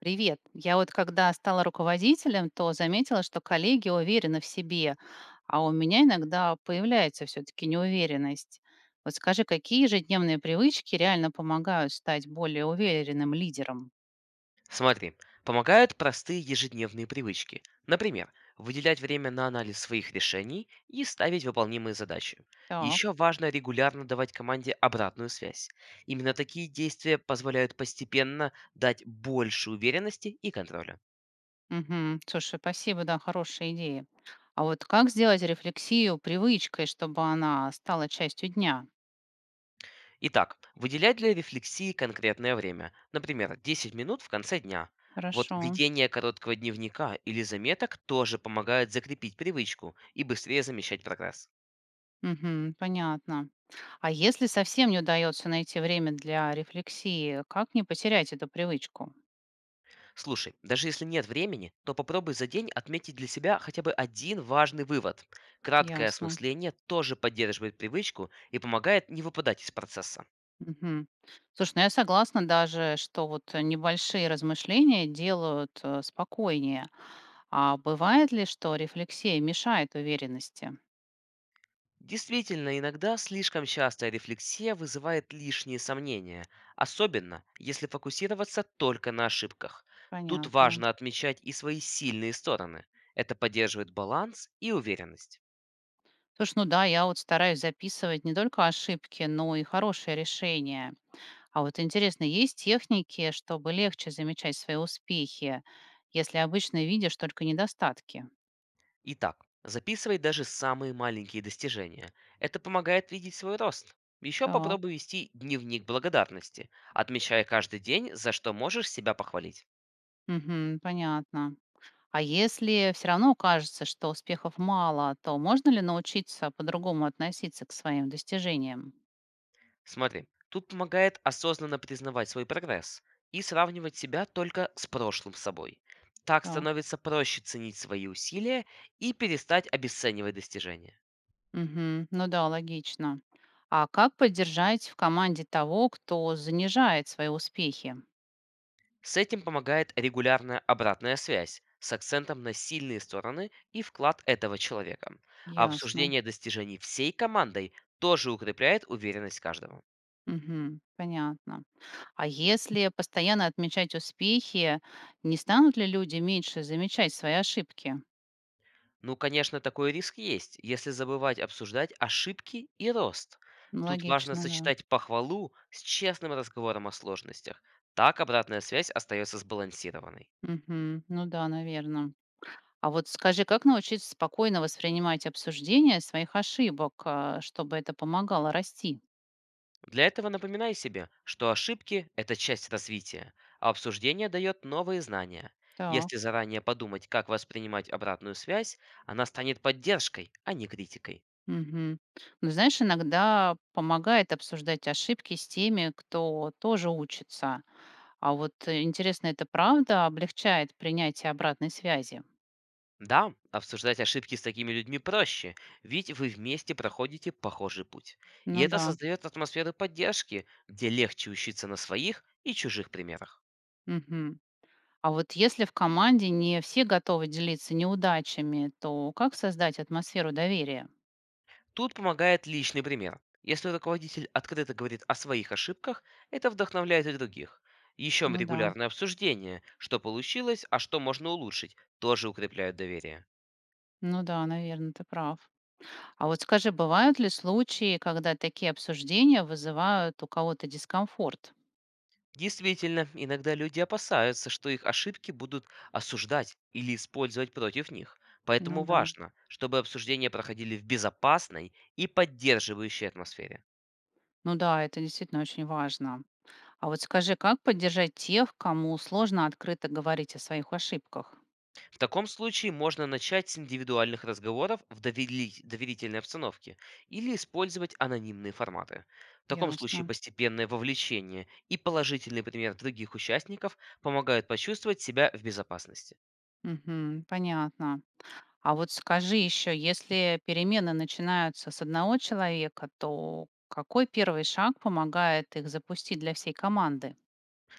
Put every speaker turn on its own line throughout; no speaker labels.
Привет. Я вот когда стала руководителем, то заметила, что коллеги уверены в себе, а у меня иногда появляется все-таки неуверенность. Вот скажи, какие ежедневные привычки реально помогают стать более уверенным лидером?
Смотри, помогают простые ежедневные привычки. Например, выделять время на анализ своих решений и ставить выполнимые задачи.
Так.
Еще важно регулярно давать команде обратную связь. Именно такие действия позволяют постепенно дать больше уверенности и контроля.
Мгм. Слушай, спасибо, да, хорошая идея. А вот как сделать рефлексию привычкой, чтобы она стала частью дня?
Итак, выделять для рефлексии конкретное время, например, 10 минут в конце дня. Вот
Хорошо.
ведение короткого дневника или заметок тоже помогает закрепить привычку и быстрее замечать прогресс.
Мгм. Понятно. А если совсем не удается найти время для рефлексии, как не потерять эту привычку?
Слушай, даже если нет времени, то попробуй за день отметить для себя хотя бы один важный вывод. Краткое
Ясно.
осмысление тоже поддерживает привычку и помогает не выпадать из процесса.
Мгм. Слушай, ну я согласна даже, что вот небольшие размышления делают спокойнее. А бывает ли, что рефлексия мешает уверенности?
Действительно, иногда слишком частая рефлексия вызывает лишние сомнения, особенно если фокусироваться только на ошибках. Тут
Понятно.
важно отмечать и свои сильные стороны. Это поддерживает баланс и уверенность.
Слушай, ну да, я вот стараюсь записывать не только ошибки, но и хорошие решения. А вот интересно, есть техники, чтобы легче замечать свои успехи, если обычно видишь только недостатки?
Итак, записывай даже самые маленькие достижения. Это помогает видеть свой рост. Еще
Так,
попробуй вести дневник благодарности, отмечая каждый день, за что можешь себя похвалить.
мгм, понятно. А если все равно кажется, что успехов мало, то можно ли научиться по-другому относиться к своим достижениям?
Смотри, тут помогает осознанно признавать свой прогресс и сравнивать себя только с прошлым собой. Так
Так,
становится проще ценить свои усилия и перестать обесценивать достижения.
мгм, ну да, логично. А как поддержать в команде того, кто занижает свои успехи?
С этим помогает регулярная обратная связь с акцентом на сильные стороны и вклад этого человека. А
Ясно.
обсуждение достижений всей командой тоже укрепляет уверенность каждого.
Мгм. Понятно. А если постоянно отмечать успехи, не станут ли люди меньше замечать свои ошибки?
Ну, конечно, такой риск есть, если забывать обсуждать ошибки и рост.
Ну,
Тут важно
логично, да.
сочетать похвалу с честным разговором о сложностях. Так обратная связь остается сбалансированной.
Мгм. Ну да, наверное. А вот скажи, как научиться спокойно воспринимать обсуждение своих ошибок, чтобы это помогало расти?
Для этого напоминай себе, что ошибки – это часть развития, а обсуждение дает новые знания.
Так.
Если заранее подумать, как воспринимать обратную связь, она станет поддержкой, а не критикой.
Мгм. Ну, знаешь, иногда помогает обсуждать ошибки с теми, кто тоже учится. А вот интересно, это правда облегчает принятие обратной связи?
Да, обсуждать ошибки с такими людьми проще, ведь вы вместе проходите похожий путь. И
Ну
это
да.
создает атмосферу поддержки, где легче учиться на своих и чужих примерах.
Мгм. А вот если в команде не все готовы делиться неудачами, то как создать атмосферу доверия?
Тут помогает личный пример. Если руководитель открыто говорит о своих ошибках, это вдохновляет и других. Еще
Ну да,
регулярное обсуждение, что получилось, а что можно улучшить, тоже укрепляют доверие.
ну да, наверное, ты прав. А вот скажи, бывают ли случаи, когда такие обсуждения вызывают у кого-то дискомфорт?
Действительно, иногда люди опасаются, что их ошибки будут осуждать или использовать против них.
Ну
Поэтому
да.
важно, чтобы обсуждения проходили в безопасной и поддерживающей атмосфере.
Ну да, это действительно очень важно. А вот скажи, как поддержать тех, кому сложно открыто говорить о своих ошибках?
В таком случае можно начать с индивидуальных разговоров в доверительной обстановке или использовать анонимные форматы. В таком
Ясно.
случае постепенное вовлечение и положительный пример других участников помогают почувствовать себя в безопасности.
Мгм. Понятно. А вот скажи еще, если перемены начинаются с одного человека, то какой первый шаг помогает их запустить для всей команды?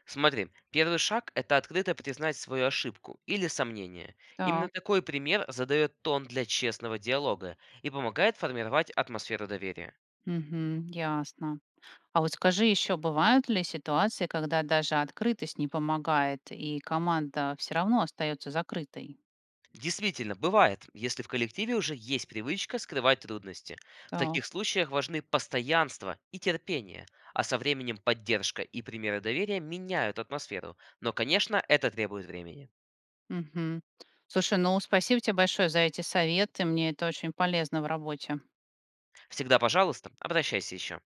Смотри, первый шаг – это открыто признать свою ошибку или сомнение. Именно
Так,
такой пример задает тон для честного диалога и помогает формировать атмосферу доверия.
мгм, ясно. А вот скажи еще, бывают ли ситуации, когда даже открытость не помогает, и команда все равно остается закрытой?
Действительно, бывает, если в коллективе уже есть привычка скрывать трудности. В
Так,
таких случаях важны постоянство и терпение, а со временем поддержка и примеры доверия меняют атмосферу. Но, конечно, это требует времени.
мгм. Слушай, ну спасибо тебе большое за эти советы, мне это очень полезно в работе.
Всегда, пожалуйста, обращайся еще.